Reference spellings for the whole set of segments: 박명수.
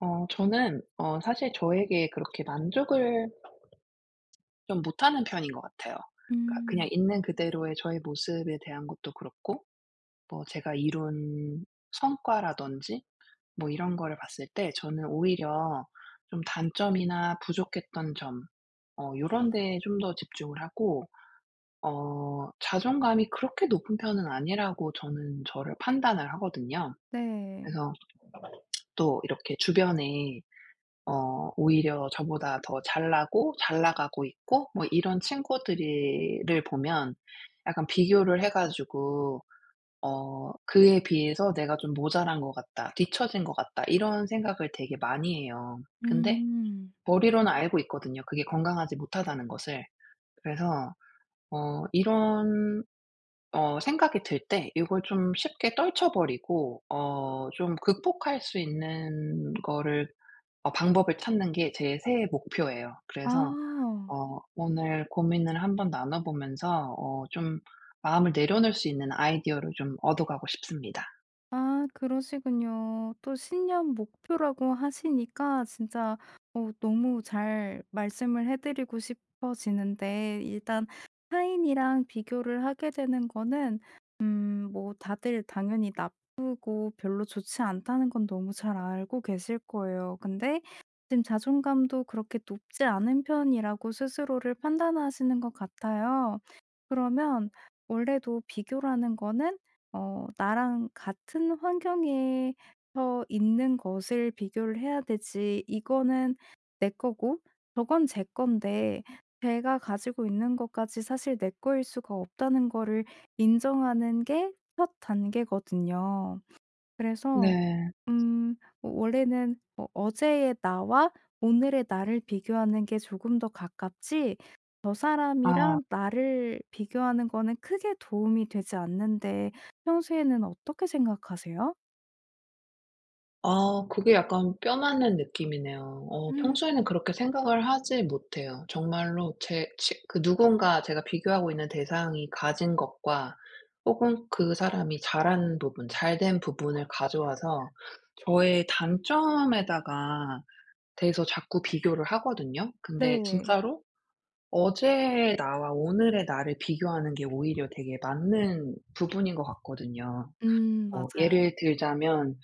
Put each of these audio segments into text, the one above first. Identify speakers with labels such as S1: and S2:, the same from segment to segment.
S1: 저는 사실 저에게 그렇게 만족을 좀 못하는 편인 것 같아요. 그러니까
S2: 음.
S1: 그냥 있는 그대로의 저의 모습에 대한 것도 그렇고, 뭐 제가 이룬 성과라든지 뭐 이런 거를 봤을 때 저는 오히려 좀 단점이나 부족했던 점, 요런 데에 좀 더 집중을 하고, 자존감이 그렇게 높은 편은 아니라고 저는 저를 판단을 하거든요.
S2: 네.
S1: 그래서 또 이렇게 주변에 오히려 저보다 더 잘 나고 잘 나가고 있고 뭐 이런 친구들이 를 보면 약간 비교를 해 가지고, '그에 비해서 내가 좀 모자란 것 같다. 뒤처진 것 같다.' 이런 생각을 되게 많이 해요. 근데
S2: 음.
S1: 머리로는 알고 있거든요, 그게 건강하지 못하다는 것을. 그래서 이런 생각이 들 때 이걸 좀 쉽게 떨쳐버리고, 좀 극복할 수 있는 거를 방법을 찾는 게 제 새해 목표예요. 그래서
S2: 아.
S1: 오늘 고민을 한번 나눠 보면서 좀 마음을 내려놓을 수 있는 아이디어를 좀 얻어 가고 싶습니다.
S2: 아, 그러시군요. 또 신년 목표라고 하시니까 진짜 너무 잘 말씀을 해 드리고 싶어지는데 일단 타인이랑 비교를 하게 되는 거는 음, 뭐 다들 당연히 나쁘고 별로 좋지 않다는 건 너무 잘 알고 계실 거예요. 근데 지금 자존감도 그렇게 높지 않은 편이라고 스스로를 판단하시는 것 같아요. 그러면 원래도 비교라는 거는 나랑 같은 환경에서 있는 것을 비교를 해야 되지, 이거는 내 거고 저건 제 건데 제가 가지고 있는 것까지 사실 내 거일 수가 없다는 거를 인정하는 게 첫 단계거든요. 그래서
S1: 네.
S2: 음. 원래는 어제의 나와 오늘의 나를 비교하는 게 조금 더 가깝지, 저
S1: 아.
S2: 사람이랑 나를 비교하는 거는 크게 도움이 되지 않는데 평소에는 어떻게 생각하세요?
S1: 아 그게 약간 뼈 맞는 느낌이네요.
S2: 음.
S1: 평소에는 그렇게 생각을 하지 못해요. 정말로 제 치 그 누군가 제가 비교하고 있는 대상이 가진 것과 혹은 그 사람이 잘한 부분, 잘된 부분을 가져와서 저의 단점에다가 해서 자꾸 비교를 하거든요. 근데
S2: 네.
S1: 진짜로 어제의 나와 오늘의 나를 비교하는 게 오히려 되게 맞는 부분인 것 같거든요.
S2: 음, 맞아요.
S1: 예를 들자면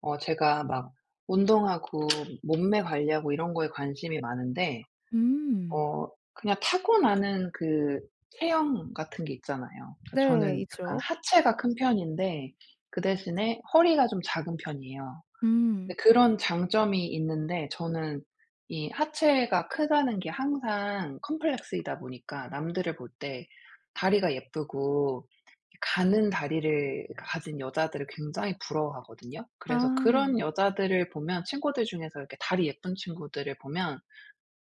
S1: 제가 막 운동하고 몸매 관리하고 이런 거에 관심이 많은데,
S2: 음.
S1: 어 그냥 타고나는 그 체형 같은 게 있잖아요. 그러니까
S2: 네,
S1: 저는
S2: 있죠.
S1: 약간 하체가 큰 편인데 그 대신에 허리가 좀 작은 편이에요.
S2: 음.
S1: 근데 그런 장점이 있는데 저는 이 하체가 크다는 게 항상 컴플렉스이다 보니까, 남들을 볼 때 다리가 예쁘고 가는 다리를 가진 여자들을 굉장히 부러워하거든요. 그래서
S2: 아.
S1: 그런 여자들을 보면, 친구들 중에서 이렇게 다리 예쁜 친구들을 보면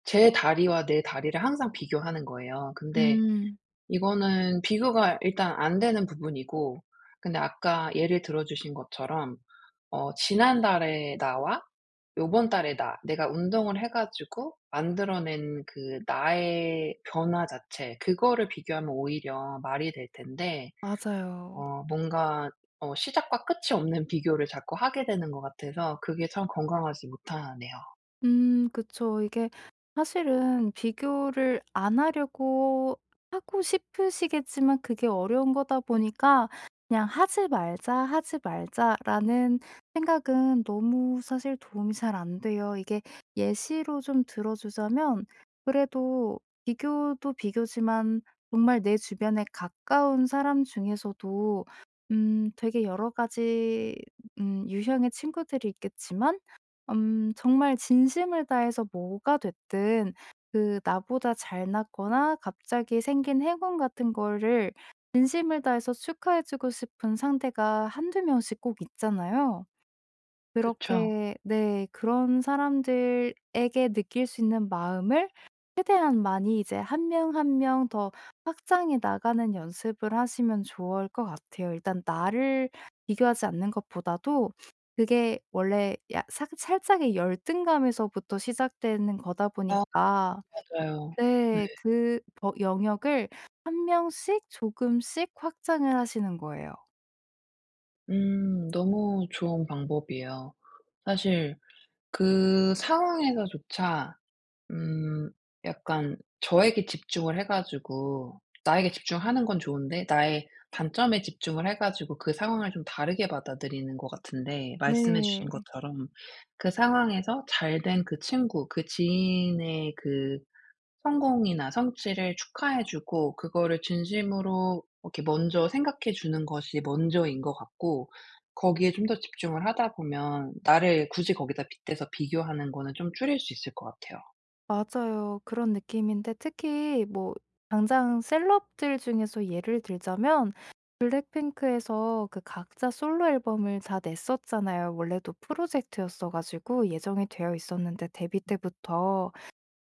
S1: 제 다리와 내 다리를 항상 비교하는 거예요. 근데
S2: 음.
S1: 이거는 비교가 일단 안 되는 부분이고, 근데 아까 예를 들어 주신 것처럼 지난달의 나와 요번 달의 나, 내가 운동을 해 가지고 만들어낸 그 나의 변화 자체, 그거를 비교하면 오히려 말이 될 텐데,
S2: 맞아요.
S1: 뭔가 시작과 끝이 없는 비교를 자꾸 하게 되는 것 같아서, 그게 참 건강하지 못하네요.
S2: 음, 그쵸. 이게 사실은 비교를 안 하려고 하고 싶으시겠지만 그게 어려운 거다 보니까 그냥 '하지 말자, 하지 말자.'라는 생각은 너무 사실 도움이 잘 안 돼요. 이게 예시로 좀 들어 주자면, 그래도 비교도 비교지만 정말 내 주변에 가까운 사람 중에서도 음, 되게 여러 가지 유형의 친구들이 있겠지만 음, 정말 진심을 다해서 뭐가 됐든 그 나보다 잘났거나 갑자기 생긴 행운 같은 거를 진심을 다해서 축하해 주고 싶은 상대가 한두 명씩 꼭 있잖아요.
S1: 그쵸.
S2: 그렇게, 네, 그런 사람들에게 느낄 수 있는 마음을 최대한 많이 이제 한 명 한 명 더 확장해 나가는 연습을 하시면 좋을 것 같아요. 일단 나를 비교하지 않는 것보다도 그게 원래 야 사 살짝의 열등감에서부터 시작되는 거다
S1: 아
S2: 보니까,
S1: 맞아요. 네.
S2: 네, 그 버 영역을 한 명씩 조금씩 확장을 하시는 거예요.
S1: 너무 좋은 방법이에요. 사실 그 상황에서조차 음 약간 저에게 집중을 해 가지고, 나에게 집중하는 건 좋은데 나의 단점에 집중을 해 가지고 그 상황을 좀 다르게 받아들이는 것 같은데, 말씀해 주신
S2: 네.
S1: 것처럼 그 상황에서 잘된 그 친구, 그 지인의 그 성공이나 성취를 축하해 주고, 그거를 진심으로 이렇게 먼저 생각해 주는 것이 먼저인 것 같고, 거기에 좀 더 집중을 하다 보면 나를 굳이 거기다 빗대서 비교하는 거는 좀 줄일 수 있을 것 같아요.
S2: 맞아요. 그런 느낌인데 특히 뭐 당장 셀럽들 중에서 예를 들자면, 블랙핑크에서 그 각자 솔로 앨범을 다 냈었잖아요. 원래도 프로젝트였어 가지고 예정이 되어 있었는데 데뷔 때부터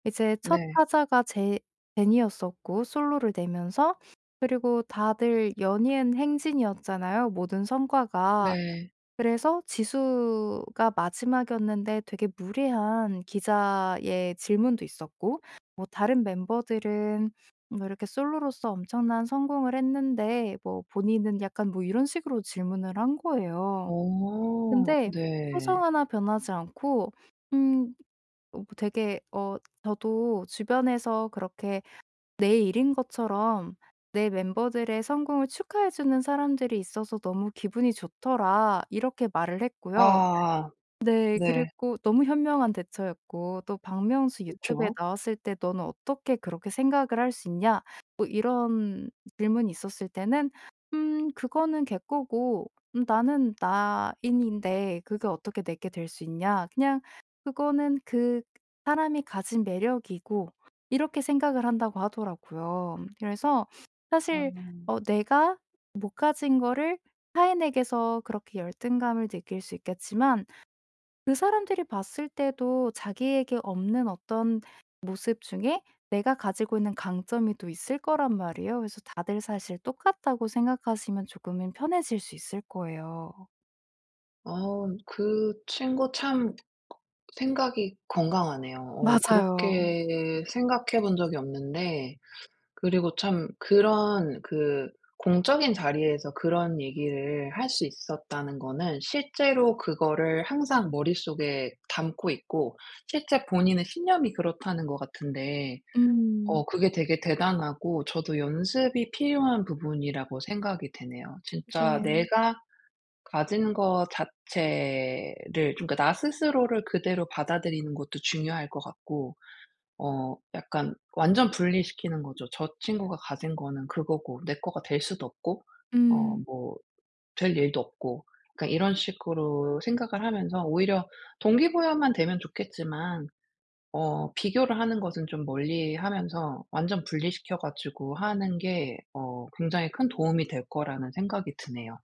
S2: 이제 첫
S1: 네.
S2: 타자가 제 제니였었고, 솔로를 내면서, 그리고 다들 연이은 행진이었잖아요, 모든 성과가.
S1: 네.
S2: 그래서 지수가 마지막이었는데 되게 무례한 기자의 질문도 있었고, 뭐 다른 멤버들은 뭐 이렇게 솔로로서 엄청난 성공을 했는데 뭐 본인은 약간 뭐 이런 식으로 질문을 한 거예요. 근데 표정
S1: 네.
S2: 하나 변하지 않고 음, 뭐 되게 저도 주변에서 그렇게 내 일인 것처럼 "내 멤버들의 성공을 축하해 주는 사람들이 있어서 너무 기분이 좋더라." 이렇게 말을 했고요.
S1: 아
S2: 네.
S1: 네.
S2: 그리고 너무 현명한 대처였고, 또 박명수 유튜브에
S1: 그쵸.
S2: 나왔을 때 "너는 어떻게 그렇게 생각을 할 수 있냐?" 뭐 이런 질문이 있었을 때는 "음, 그거는 걔거고 음, 나는 나인인데 그게 어떻게 내게 될 수 있냐. 그냥 그거는 그 사람이 가진 매력이고." 이렇게 생각을 한다고 하더라고요. 그래서 사실
S1: 아.
S2: 내가 못 가진 거를 타인에게서 그렇게 열등감을 느낄 수 있겠지만 그 사람들이 봤을 때도 자기에게 없는 어떤 모습 중에 내가 가지고 있는 강점이 또 있을 거란 말이에요. 그래서 다들 사실 똑같다고 생각하시면 조금은 편해질 수 있을 거예요.
S1: 아우 그 친구 참 생각이 건강하네요.
S2: 맞아요.
S1: 그렇게 생각해 본 적이 없는데, 그리고 참 그런 그 공적인 자리에서 그런 얘기를 할 수 있었다는 거는 실제로 그거를 항상 머릿속에 담고 있고, 실제 본인의 신념이 그렇다는 것 같은데,
S2: 음.
S1: 그게 되게 대단하고 저도 연습이 필요한 부분이라고 생각이 되네요. 진짜
S2: 네.
S1: 내가 가진 것 자체를, 그러니까 나 스스로를 그대로 받아들이는 것도 중요할 것 같고, 약간 완전 분리시키는 거죠. 저 친구가 가진 거는 그거고 내 거가 될 수도 없고,
S2: 음.
S1: 뭐 될 일도 없고. 그러니까 이런 식으로 생각을 하면서 오히려 동기부여만 되면 좋겠지만, 비교를 하는 것은 좀 멀리하면서 완전 분리시켜 가지고 하는 게 굉장히 큰 도움이 될 거라는 생각이 드네요.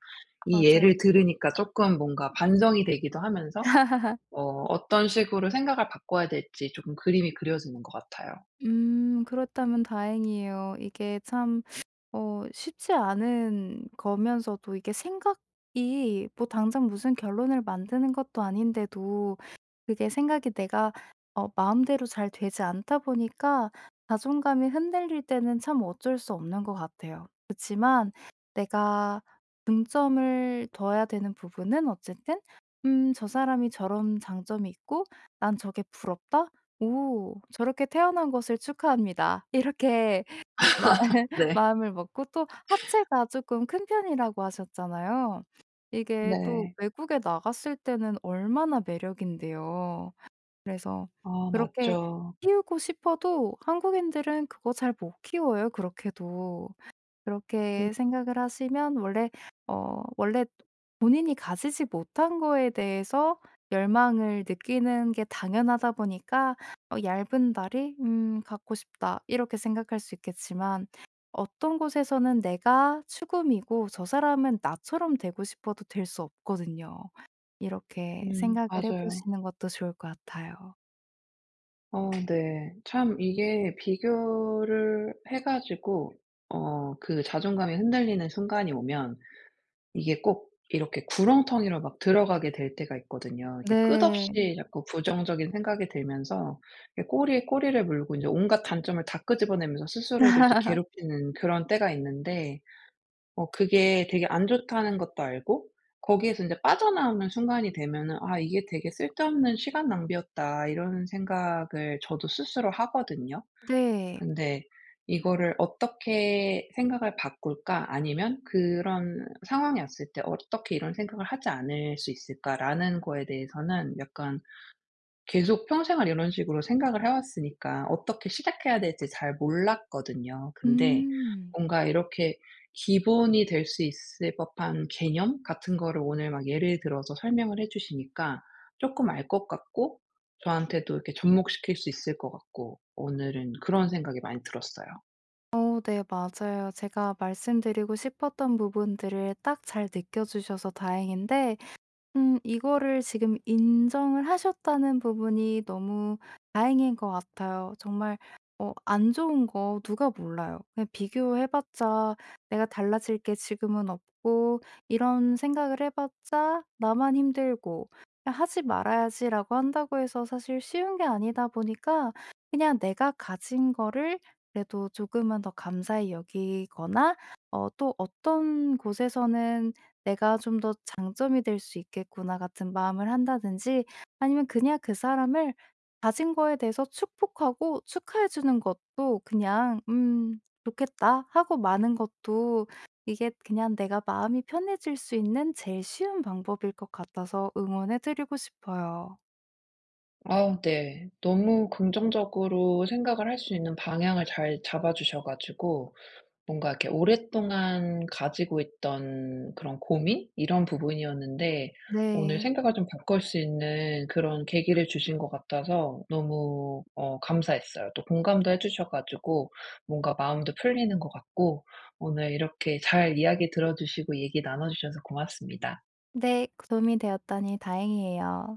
S1: 이 예를
S2: 맞아요.
S1: 들으니까 조금 뭔가 반성이 되기도 하면서, 어 어떤 식으로 생각을 바꿔야 될지 조금 그림이 그려지는 것 같아요.
S2: 음. 그렇다면 다행이에요. 이게 참 쉽지 않은 거면서도 이게 생각이 뭐 당장 무슨 결론을 만드는 것도 아닌데도 그게 생각이 내가 마음대로 잘 되지 않다 보니까 자존감이 흔들릴 때는 참 어쩔 수 없는 것 같아요. 그지만 내가 중점을 둬야 되는 부분은 어쨌든 '음, 저 사람이 저런 장점이 있고 난 저게 부럽다. 오, 저렇게 태어난 것을 축하합니다.' 이렇게 마
S1: 네.
S2: 마음을 먹고, 또 하체가 조금 큰 편이라고 하셨잖아요. 이게 또
S1: 네.
S2: 외국에 나갔을 때는 얼마나 매력인데요. 그래서
S1: 아
S2: 그렇게
S1: 맞죠.
S2: 키우고 싶어도 한국인들은 그거 잘 못 키워요, 그렇게도. 그렇게 생각을 하시면 원래 어 원래 본인이 가지지 못한 거에 대해서 열망을 느끼는 게 당연하다 보니까 '얇은 다리? 음, 갖고 싶다.' 이렇게 생각할 수 있겠지만 어떤 곳에서는 내가 추구미고 저 사람은 나처럼 되고 싶어도 될 수 없거든요. 이렇게
S1: 음음
S2: 생각을 해
S1: 맞아요.
S2: 보시는 것도 좋을 것 같아요.
S1: 네. 참 이게 비교를 해 가지고 그 자존감이 흔들리는 순간이 오면, 이게 꼭 이렇게 구렁텅이로 막 들어가게 될 때가 있거든요. 이게
S2: 네.
S1: 끝없이 자꾸 부정적인 생각이 들면서, 이게 꼬리에 꼬리를 물고 인제 온갖 단점을 다 끄집어내면서 스스로를 이제 괴롭히는 그런 때가 있는데, 그게 되게 안 좋다는 것도 알고, 거기에서 인제 빠져나오는 순간이 되면은 '아 이게 되게 쓸데없는 시간 낭비였다.' 이런 생각을 저도 스스로 하거든요.
S2: 네.
S1: 근데 이거를 '어떻게 생각을 바꿀까?' 아니면 '그런 상황이 왔을 때 어떻게 이런 생각을 하지 않을 수 있을까?'라는 거에 대해서는, 약간 계속 평생을 이런 식으로 생각을 해 왔으니까 어떻게 시작해야 될지 잘 몰랐거든요. 근데
S2: 음.
S1: 뭔가 이렇게 기본이 될 수 있을 법한 개념 같은 거를 오늘 막 예를 들어서 설명을 해 주시니까 쪼끔 알 것 같고, 저한테도 이렇게 접목시킬 수 있을 것 같고, 오늘은 그런 생각이 많이 들었어요.
S2: 네, 맞아요. 제가 말씀드리고 싶었던 부분들을 딱 잘 느껴 주셔서 다행인데 음, 이거를 지금 인정을 하셨다는 부분이 너무 다행인 것 같아요. 정말 안 좋은 거 누가 몰라요. 그냥 비교해 봤자 내가 달라질 게 지금은 없고 이런 생각을 해 봤자 나만 힘들고 '그냥 하지 말아야지.'라고 한다고 해서 사실 쉬운 게 아니다 보니까, 그냥 내가 가진 거를 그래도 조금은 더 감사히 여기거나 또 어떤 곳에서는 '내가 좀 더 장점이 될 수 있겠구나.' 같은 마음을 한다든지, 아니면 그냥 그 사람을 가진 거에 대해서 축복하고 축하해 주는 것도 그냥 '음, 좋겠다.' 하고 마는 것도, 이게 그냥 내가 마음이 편해질 수 있는 제일 쉬운 방법일 것 같아서 응원해 드리고 싶어요.
S1: 아 네. 너무 긍정적으로 생각을 할 수 있는 방향을 잘 잡아 주셔 가지고, 뭔가 이렇게 오랫동안 가지고 있던 그런 고민? 이런 부분이었는데, 오늘
S2: 네.
S1: 생각을 좀 바꿀 수 있는 그런 계기를 주신 것 같아서 너무 감사했어요. 또 공감도 해 주셔 가지고 뭔가 마음도 풀리는 것 같고, 오늘 이렇게 잘 이야기 들어 주시고 얘기 나눠 주셔서 고맙습니다.
S2: 네. 도움이 되었다니 다행이에요.